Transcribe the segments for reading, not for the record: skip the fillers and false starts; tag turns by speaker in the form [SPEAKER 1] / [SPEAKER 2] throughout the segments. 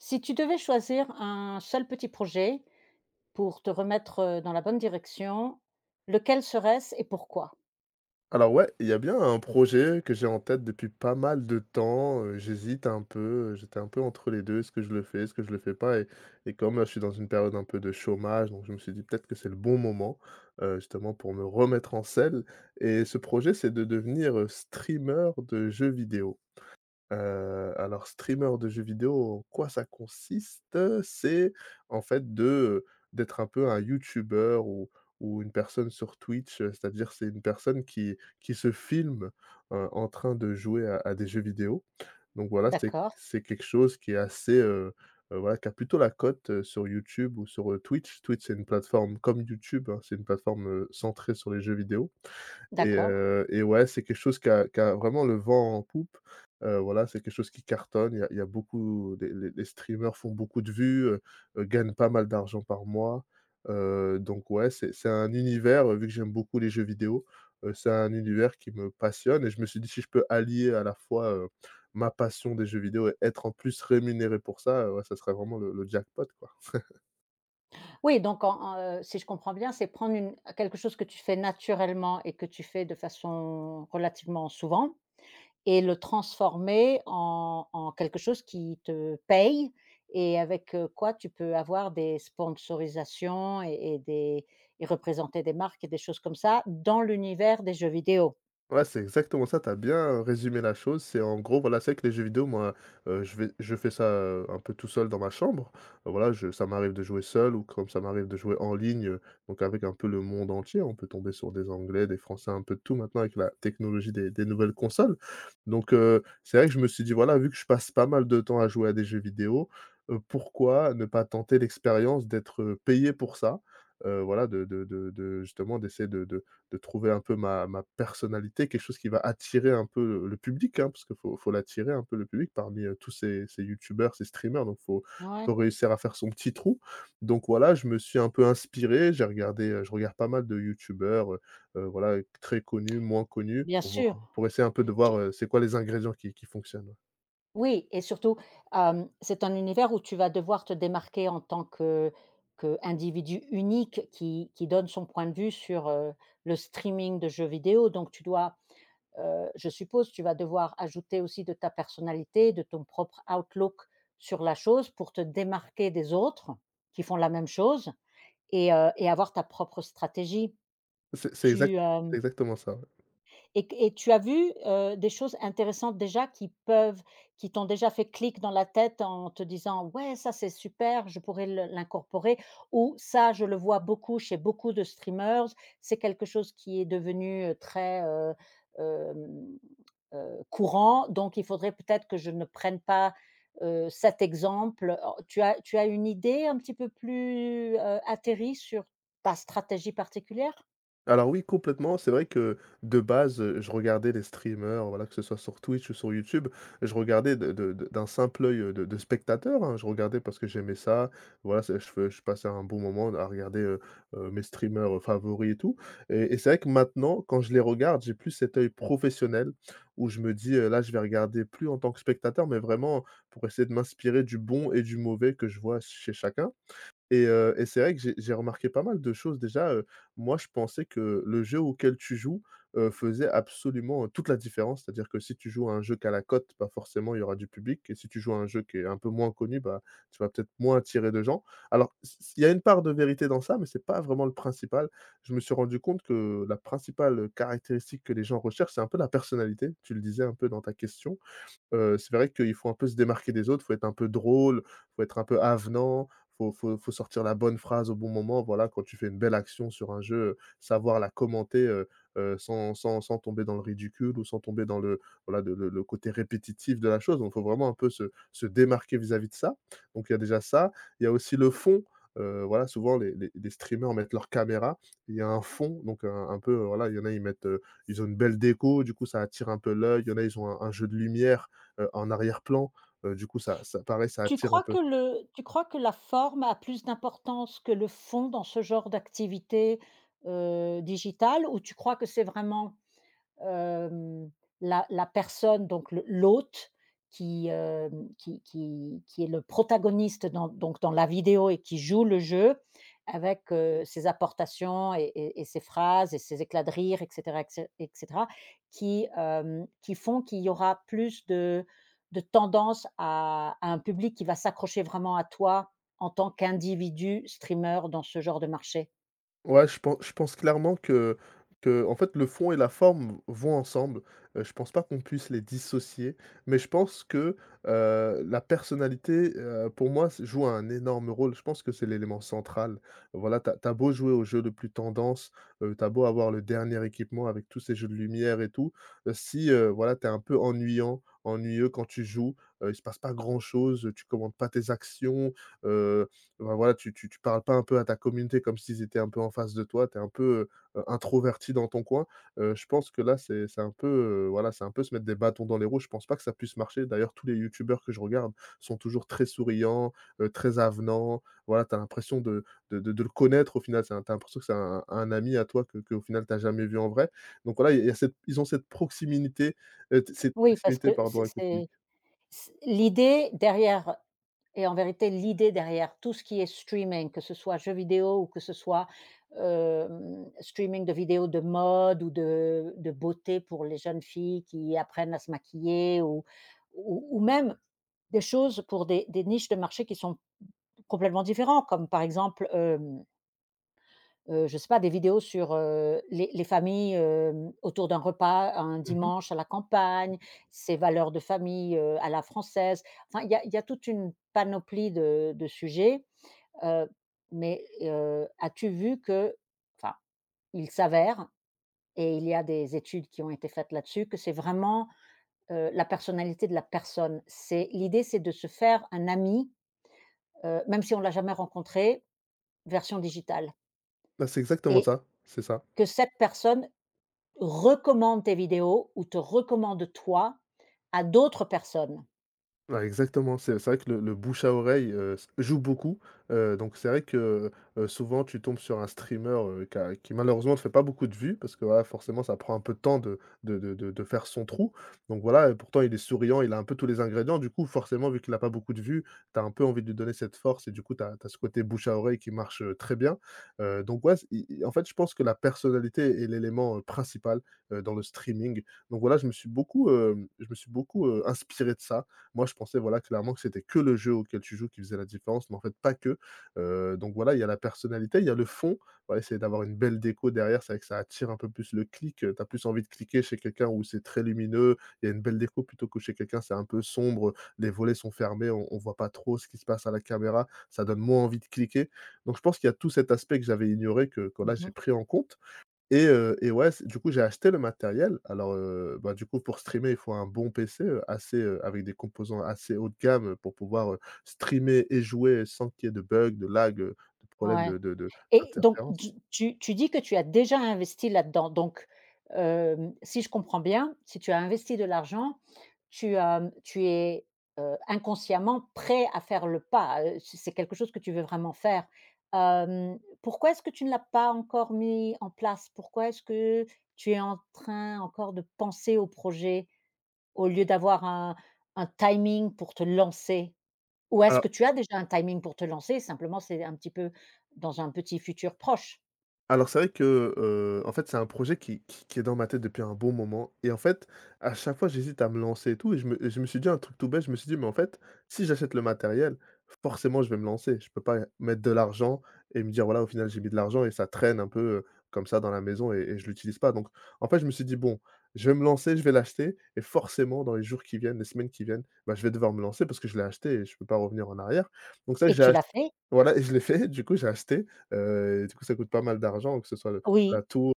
[SPEAKER 1] Si tu devais choisir un seul petit projet pour te remettre, dans la bonne direction, lequel serait-ce et pourquoi?
[SPEAKER 2] Alors ouais, il y a bien un projet que j'ai en tête depuis pas mal de temps, j'hésite un peu, j'étais un peu entre les 2. Est-ce que je le fais, est-ce que je le fais pas? Et comme là, je suis dans une période un peu de chômage, donc je me suis dit: «Peut-être que c'est le bon moment, justement pour me remettre en selle» et ce projet, c'est de devenir, streamer de jeux vidéo. Heu, alors streamer de jeux vidéo, en quoi ça consiste? C'est en fait de, d'être un peu un youtuber ou une personne sur Twitch, c'est-à-dire c'est une personne qui se filme, en train de jouer à des jeux vidéo. Donc voilà, c'est
[SPEAKER 1] D'accord,
[SPEAKER 2] c'est quelque chose qui est assez, voilà, qui a plutôt la cote, sur YouTube ou sur, Twitch. Twitch, c'est une plateforme comme YouTube, hein, c'est une plateforme, centrée sur les jeux vidéo.
[SPEAKER 1] d'accord.
[SPEAKER 2] Et ouais, c'est quelque chose qui a vraiment le vent en poupe. Voilà, c'est quelque chose qui cartonne. Il y a beaucoup les streamers font beaucoup de vues, gagnent pas mal d'argent par mois. Donc ouais, c'est un univers, vu que j'aime beaucoup les jeux vidéo, c'est un univers qui me passionne et je me suis dit: «Si je peux allier à la fois, ma passion des jeux vidéo et être en plus rémunéré pour ça, ouais, ça serait vraiment le jackpot, quoi».
[SPEAKER 1] Oui, donc si je comprends bien, c'est prendre une quelque chose que tu fais naturellement et que tu fais de façon relativement souvent et le transformer en quelque chose qui te paye et avec, quoi tu peux avoir des sponsorisations et des et représenter des marques et des choses comme ça dans l'univers des jeux vidéo?
[SPEAKER 2] Ouais, c'est exactement ça, t'as bien, résumé la chose. C'est en gros, voilà, c'est que les jeux vidéo, moi, je fais ça, un peu tout seul dans ma chambre. Voilà, je ça m'arrive de jouer seul ou comme ça m'arrive de jouer en ligne, donc avec un peu le monde entier. On peut tomber sur des Anglais, des Français, un peu de tout maintenant avec la technologie des nouvelles consoles. Donc c'est vrai que je me suis dit: «Voilà, vu que je passe pas mal de temps à jouer à des jeux vidéo, pourquoi ne pas tenter l'expérience d'être, payé pour ça?» Voilà, de justement d'essayer de trouver un peu ma personnalité, quelque chose qui va attirer un peu le public, hein, parce que faut l'attirer un peu le public parmi, tous ces youtubeurs, ces streamers, donc faut
[SPEAKER 1] Ouais.
[SPEAKER 2] faut réussir à faire son petit trou. Donc voilà, je me suis un peu inspiré, j'ai regardé, je regarde pas mal de youtubeurs, voilà, très connus, moins connus,
[SPEAKER 1] Bien
[SPEAKER 2] pour voir
[SPEAKER 1] sûr.
[SPEAKER 2] pour essayer un peu de
[SPEAKER 1] Tu,
[SPEAKER 2] voir, c'est quoi les ingrédients qui fonctionnent, ouais.
[SPEAKER 1] Oui et surtout, c'est un univers où tu vas devoir te démarquer en tant que qu'individu unique qui donne son point de vue sur, le streaming de jeux vidéo. Donc tu dois, je suppose, tu vas devoir ajouter aussi de ta personnalité, de ton propre outlook sur la chose pour te démarquer des autres qui font la même chose et avoir ta propre stratégie.
[SPEAKER 2] C'est c'est
[SPEAKER 1] Tu,
[SPEAKER 2] exact c'est
[SPEAKER 1] hem
[SPEAKER 2] exactement ça, ouais.
[SPEAKER 1] Et q et tu as vu, des choses intéressantes déjà qui peuvent qui t'ont déjà fait clic dans la tête en te disant: «Ouais, ça c'est super, je pourrais le l'incorporer» ou «Ça, je le vois beaucoup chez beaucoup de streamers, c'est quelque chose qui est devenu, très, hem, courant, donc il faudrait peut-être que je ne prenne pas, cet exemple». Oh, tu as une idée un petit peu plus, atterrie sur ta stratégie particulière?
[SPEAKER 2] Alors oui, complètement. C'est vrai que de base, je regardais les streamers, voilà, que ce soit sur Twitch ou sur YouTube, je regardais de d'un simple œil, de spectateur, hein. Je regardais parce que j'aimais ça. Voilà, c'est je passais un bon moment à regarder, mes streamers, favoris et tout et c'est vrai que maintenant, quand je les regarde, j'ai plus cet œil professionnel où je me dis, «Là, je vais regarder plus en tant que spectateur, mais vraiment pour essayer de m'inspirer du bon et du mauvais que je vois chez chacun». Et c'est vrai que j'ai remarqué pas mal de choses. Déjà, moi, je pensais que le jeu auquel tu joues, faisait absolument, toute la différence. C'est-à-dire que si tu joues à un jeu qui la cote, bah, forcément, il y aura du public et si tu joues à un jeu qui est un peu moins connu, bah, tu vas peut-être moins attirer de gens. Alors s s il y a une part de vérité dans ça, mais c'est pas vraiment le principal. Je me suis rendu compte que la principale, caractéristique que les gens recherchent, c'est un peu la personnalité. Tu le disais un peu dans ta question. C'est vrai qu'il faut un peu se démarquer des autres, faut être un peu drôle, faut être un peu avenant, faut faut sortir la bonne phrase au bon moment. Voilà, quand tu fais une belle action sur un jeu, savoir la commenter, sans sans tomber dans le ridicule ou sans tomber dans le voilà, de le côté répétitif de la chose. Donc faut vraiment un peu se démarquer vis-à-vis de ça. Donc il y a déjà ça. Il y a aussi le fond, voilà, souvent les streamers mettent leur caméra, il y a un fond, donc un peu, voilà, il y en a, ils mettent, ils ont une belle déco, du coup ça attire un peu l'œil, il y en a, ils ont un jeu de lumière en arrière-plan, du coup ça pareil, ça attire un peu.
[SPEAKER 1] Tu crois que la forme a plus d'importance que le fond dans ce genre d'activité, digitale ou tu crois que c'est vraiment… Hem, la personne, donc le l'hôte qui, hem, qui est le protagoniste dans donc dans la vidéo et qui joue le jeu avec, ses apportations et ses phrases et ses éclats de rire et cetera et cetera qui, qui font qu'il y aura plus de tendance à un public qui va s'accrocher vraiment à toi en tant qu'individu streamer dans ce genre de marché.
[SPEAKER 2] Ouais, je pense clairement que qu'en fait le fond et la forme vont ensemble, je pense pas qu'on puisse les dissocier, mais je pense que, la personnalité, pour moi s joue un énorme rôle. Je pense que c'est l'élément central. Voilà, tu as beau jouer au jeu le plus tendance, tu as beau avoir le dernier équipement avec tous ces jeux de lumière et tout, si, voilà, tu es un peu ennuyant, ennuyeux quand tu joues, il se passe pas grand chose, tu commandes pas tes actions, heu ouais, voilà, tu parles pas un peu à ta communauté comme s'ils étaient un peu en face de toi, tu es un peu, introverti dans ton coin. Je pense que là, c'est un peu, voilà, c'est un peu se mettre des bâtons dans les roues. Je pense pas que ça puisse marcher. D'ailleurs, tous les youtubeurs que je regarde sont toujours très souriants, très avenants. Voilà, tu as l'impression de le connaître au final. C'est un tu as l'impression que c'est un ami à toi au final tu jamais vu en vrai. Donc voilà, il y a cette ils ont cette proximité, t cette
[SPEAKER 1] Oui, parce que
[SPEAKER 2] proximité, pardon, avec le public.
[SPEAKER 1] c'est C l'idée derrière et en vérité, l'idée derrière tout ce qui est streaming, que ce soit jeux vidéo ou que ce soit, streaming de vidéos de mode ou de beauté pour les jeunes filles qui apprennent à se maquiller ou même des choses pour des niches de marché qui sont complètement différents, comme par exemple, hem je sais pas, des vidéos sur, les familles, autour d'un repas, un
[SPEAKER 2] Mmh.
[SPEAKER 1] dimanche à la campagne, ces valeurs de famille, à la française. Enfin, il y a toute une panoplie de sujets, heu, mais, as-tu vu que… enfin, il s'avère et il y a des études qui ont été faites là-dessus, que c'est vraiment, la personnalité de la personne. C'est l'idée, c'est de se faire un ami, même si on l'a jamais rencontré, version digitale
[SPEAKER 2] Bah, c'est exactement
[SPEAKER 1] et
[SPEAKER 2] ça, c'est ça.
[SPEAKER 1] que cette personne recommande tes vidéos ou te recommande toi à d'autres personnes.
[SPEAKER 2] Ouais, exactement, c'est vrai que le bouche à oreille, s joue beaucoup, donc c'est vrai que, souvent tu tombes sur un streamer, qui malheureusement ne fait pas beaucoup de vues parce que voilà, forcément ça prend un peu de temps de faire son trou, donc voilà, pourtant il est souriant, il a un peu tous les ingrédients, du coup forcément vu qu'il a pas beaucoup de vues, tu as un peu envie de lui donner cette force et du coup tu as ce côté bouche à oreille qui marche, très bien, donc ouais, c i i en fait je pense que la personnalité est l'élément, principal, dans le streaming, donc voilà je me suis beaucoup, je me suis beaucoup, inspiré de ça, moi, je pensais, voilà, clairement que c'était que le jeu auquel tu joues qui faisait la différence, mais en fait, pas que. Donc voilà, il y a la personnalité, il y a le fond. Voilà, essayer d'avoir une belle déco derrière, c'est vrai que ça attire un peu plus le clic, tu as plus envie de cliquer chez quelqu'un où c'est très lumineux, il y a une belle déco plutôt que chez quelqu'un, c'est un peu sombre, les volets sont fermés, on voit pas trop ce qui se passe à la caméra, ça donne moins envie de cliquer. Donc je pense qu'il y a tout cet aspect que j'avais ignoré que là, j'ai
[SPEAKER 1] Mmh.
[SPEAKER 2] pris en compte et ouais, c du coup, j'ai acheté le matériel. Alors, bah, du coup, pour streamer, il faut un bon PC, assez, avec des composants assez haut de gamme, pour pouvoir, streamer et jouer sans qu'il y ait de bugs, de lag, de problèmes
[SPEAKER 1] Ouais.
[SPEAKER 2] de
[SPEAKER 1] Et donc
[SPEAKER 2] d'interférences.
[SPEAKER 1] tu dis que tu as déjà investi là-dedans. Donc, si je comprends bien, si tu as investi de l'argent, tu es, inconsciemment prêt à faire le pas, c'est quelque chose que tu veux vraiment faire. Pourquoi est-ce que tu ne l'as pas encore mis en place? Pourquoi est-ce que tu es en train encore de penser au projet? Au lieu d'avoir un timing pour te lancer? Ou est-ce que tu as déjà un timing pour te lancer, simplement c'est un petit peu dans un petit futur proche?
[SPEAKER 2] Alors c'est vrai que, en fait, c'est un projet qui est dans ma tête depuis un bon moment et en fait, à chaque fois, j'hésite à me lancer et tout et je me suis dit un truc tout bête, je me suis dit: «Mais en fait, si j'achète le matériel, forcément, je vais me lancer. Je peux pas mettre de l'argent et me dire: "Voilà, au final, j'ai mis de l'argent" et ça traîne un peu, comme ça dans la maison et je l'utilise pas». Donc en fait, je me suis dit: «Bon, je vais me lancer, je vais l'acheter et forcément, dans les jours qui viennent, les semaines qui viennent, bah, je vais devoir me lancer parce que je l'ai acheté et je peux pas revenir en arrière». Donc c'est vrai que
[SPEAKER 1] Et tu
[SPEAKER 2] j'ai
[SPEAKER 1] l'as fait?
[SPEAKER 2] voilà et je l'ai fait, du coup, j'ai acheté, du coup, ça coûte pas mal d'argent, que ce soit le
[SPEAKER 1] Oui,
[SPEAKER 2] la tour,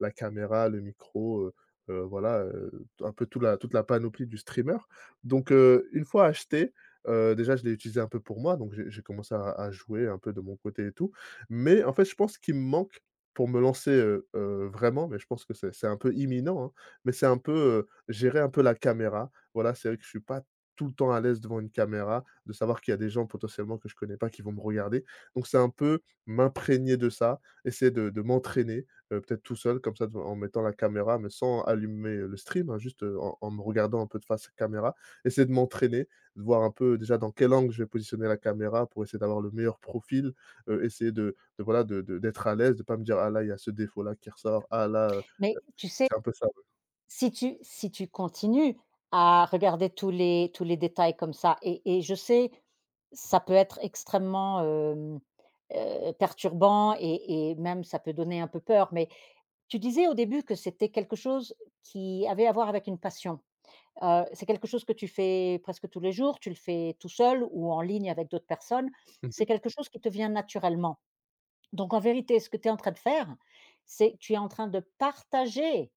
[SPEAKER 2] la caméra, le micro, voilà, un peu toute la panoplie du streamer. Donc une fois acheté, déjà je l'ai utilisé un peu pour moi, donc j'ai commencé à jouer un peu de mon côté et tout. Mais en fait, je pense qu'il me manque pour me lancer, vraiment, mais je pense que c'est un peu imminent, hein, mais c'est un peu, gérer un peu la caméra. Voilà, c'est vrai que je suis pas tout le temps à l'aise devant une caméra, de savoir qu'il y a des gens potentiellement que je connais pas qui vont me regarder. Donc c'est un peu m'imprégner de ça, essayer de m'entraîner. Peut-être tout seul comme ça dev en mettant la caméra, mais sans allumer, le stream, hein, juste, en me regardant un peu de face caméra. Essayer de m'entraîner, de voir un peu déjà dans quel angle je vais positionner la caméra pour essayer d'avoir le meilleur profil, essayer de voilà de d'être à l'aise, de pas me dire: «Ah là, il y a ce défaut-là qui ressort, ah là, heu»
[SPEAKER 1] mais tu sais,
[SPEAKER 2] c'est un peu ça, ouais.
[SPEAKER 1] si tu continues à regarder tous les détails comme ça et je sais, ça peut être extrêmement, perturbant et même ça peut donner un peu peur, mais tu disais au début que c'était quelque chose qui avait à voir avec une passion. C'est quelque chose que tu fais presque tous les jours? Tu le fais tout seul ou en ligne avec d'autres personnes?
[SPEAKER 2] Mmh.
[SPEAKER 1] C'est quelque chose qui te vient naturellement. Donc en vérité, ce que tu es en train de faire, c'est que tu es en train de partager,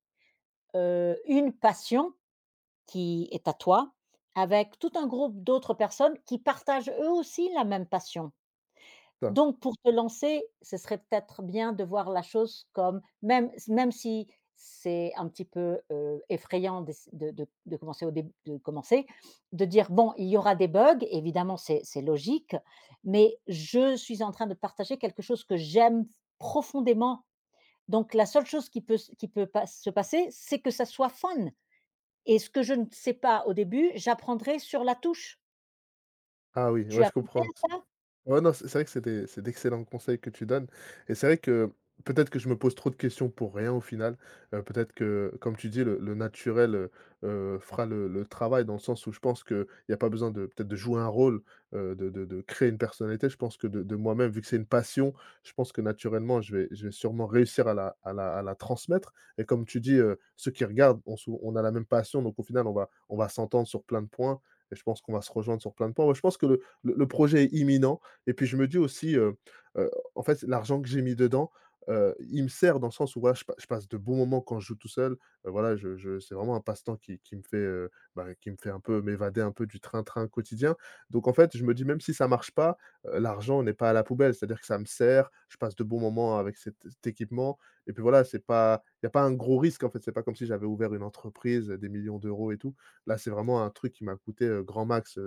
[SPEAKER 1] une passion qui est à toi avec tout un groupe d'autres personnes qui partagent eux aussi la même passion.
[SPEAKER 2] Ça.
[SPEAKER 1] Donc pour te lancer, ce serait peut-être bien de voir la chose comme même si c'est un petit peu, effrayant d'ess de commencer au dé de commencer, de dire: «Bon, il y aura des bugs», évidemment, c'est logique, mais je suis en train de partager quelque chose que j'aime profondément. Donc la seule chose qui peut pas se passer, c'est que ça soit fun et ce que je ne sais pas au début, j'apprendrai sur la touche.
[SPEAKER 2] Ah oui,
[SPEAKER 1] Tu
[SPEAKER 2] ouais,
[SPEAKER 1] as
[SPEAKER 2] je
[SPEAKER 1] pensé
[SPEAKER 2] comprends.
[SPEAKER 1] à ça?
[SPEAKER 2] Ouais, non, c'est vrai que c'est d'excellents conseils que tu donnes et c'est vrai que peut-être que je me pose trop de questions pour rien au final. Peut-être que, comme tu dis, le naturel, fera le travail dans le sens où je pense qu'il y a pas besoin de peut-être de jouer un rôle, de créer une personnalité. Je pense que de moi-même, vu que c'est une passion, je pense que naturellement je vais sûrement réussir à la transmettre et comme tu dis, ceux qui regardent, on a la même passion donc au final on va s'entendre sur plein de points et je pense qu'on va se rejoindre sur plein de points. Ouais, je pense que le projet est imminent. Et puis je me dis aussi, heu, en fait, l'argent que j'ai mis dedans, il me sert dans le sens où voilà, je passe de bons moments quand je joue tout seul. Voilà, je c'est vraiment un passe-temps qui me fait, bah, qui me fait un peu m'évader un peu du train-train quotidien. Donc en fait, je me dis même si ça marche pas, l'argent n'est pas à la poubelle. C'est-à-dire que ça me sert, je passe de bons moments avec cet équipement et puis voilà, c'est pas il y a pas un gros risque en fait. C'est pas comme si j'avais ouvert une entreprise, des millions d'euros et tout. Là, c'est vraiment un truc qui m'a coûté, grand max,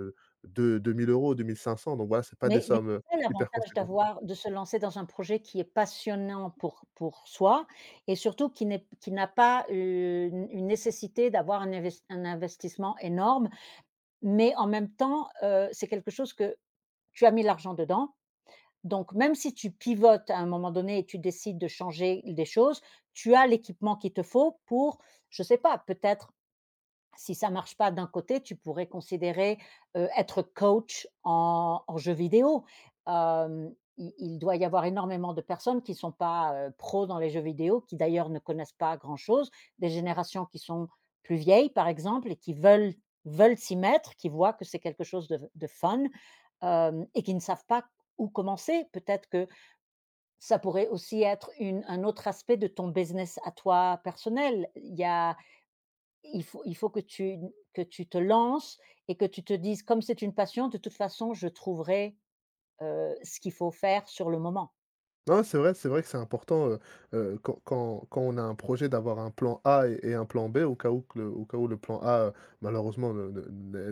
[SPEAKER 2] de deux mille euros, 2 500, donc voilà, c'est pas des
[SPEAKER 1] Mais
[SPEAKER 2] sommes,
[SPEAKER 1] c'est ça
[SPEAKER 2] hyper
[SPEAKER 1] l'avantage
[SPEAKER 2] conséquentes.
[SPEAKER 1] d'avoir de se lancer dans un projet qui est passionnant pour soi et surtout qui n'a pas une une nécessité d'avoir un investissement énorme, mais en même temps, c'est quelque chose que tu as mis l'argent dedans, donc même si tu pivotes à un moment donné et tu décides de changer des choses, tu as l'équipement qu'il te faut pour, je ne sais pas, peut-être si ça marche pas d'un côté, tu pourrais considérer, être coach en en jeu vidéo. Il doit y avoir énormément de personnes qui sont pas, pros dans les jeux vidéo, qui d'ailleurs ne connaissent pas grand-chose, des générations qui sont plus vieilles, par exemple, et qui veulent s'y mettre, qui voient que c'est quelque chose de fun, et qui ne savent pas où commencer. Peut-être que ça pourrait aussi être une un autre aspect de ton business à toi personnel. Il y a il faut que tu te lances et que tu te dises: «Comme c'est une passion, de toute façon, je trouverai, ce qu'il faut faire sur le moment».
[SPEAKER 2] Non, c'est vrai que c'est important, quand on a un projet d'avoir un plan A et un plan B au cas où le plan A, malheureusement ne ne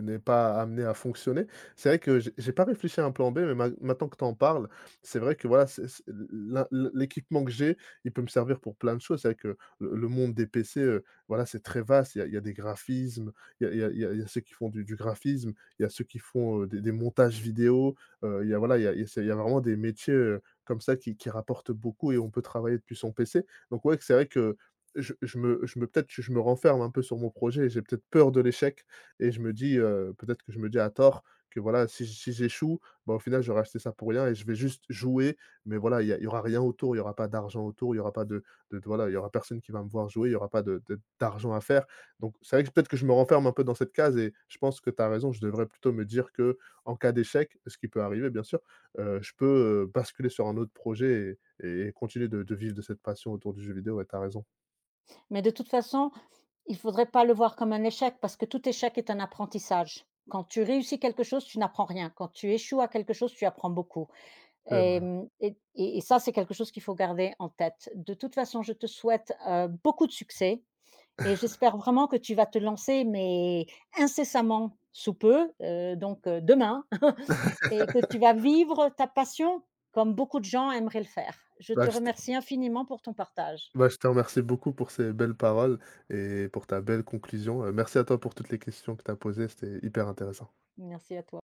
[SPEAKER 2] n'est n'est pas amené à fonctionner. C'est vrai que j'ai pas réfléchi à un plan B, mais ma maintenant que tu en parles, c'est vrai que voilà, c'est l'équipement que j'ai, il peut me servir pour plein de choses. C'est vrai que le monde des PC, voilà, c'est très vaste. Il y a des graphismes, il y a ceux qui font du graphisme, il y a ceux qui font, des montages vidéo, il y a voilà, il y a vraiment des métiers, comme ça qui rapporte beaucoup et on peut travailler depuis son PC. Donc ouais, c'est vrai que je me peut-être je me renferme un peu sur mon projet et j'ai peut-être peur de l'échec et je me dis, peut-être que je me dis à tort que voilà, si j'échoue, bah, au final j'aurais acheté ça pour rien et je vais juste jouer, mais voilà, il y aura rien autour, il y aura pas d'argent autour, il y aura pas il y aura personne qui va me voir jouer, il y aura pas de de d'argent à faire. Donc c'est vrai que peut-être que je me renferme un peu dans cette case et je pense que tu as raison, je devrais plutôt me dire que en cas d'échec, ce qui peut arriver bien sûr, je peux, basculer sur un autre projet et continuer de vivre de cette passion autour du jeu vidéo, ouais, tu raison.
[SPEAKER 1] Mais de toute façon, il ne faudrait pas le voir comme un échec parce que tout échec est un apprentissage. Quand tu réussis quelque chose, tu n'apprends rien. Quand tu échoues à quelque chose, tu apprends beaucoup.
[SPEAKER 2] C'est
[SPEAKER 1] Et
[SPEAKER 2] vrai.
[SPEAKER 1] mmh et ça, c'est quelque chose qu'il faut garder en tête. De toute façon, je te souhaite, beaucoup de succès et j'espère vraiment que tu vas te lancer, mais incessamment sous peu, demain et que tu vas vivre ta passion comme beaucoup de gens aimeraient le faire. Je
[SPEAKER 2] Bah,
[SPEAKER 1] te
[SPEAKER 2] je te
[SPEAKER 1] remercie infiniment pour ton partage.
[SPEAKER 2] bah, je te remercie beaucoup pour ces belles paroles et pour ta belle conclusion, merci à toi pour toutes les questions que t'as posées, c'était hyper intéressant.
[SPEAKER 1] Merci à toi.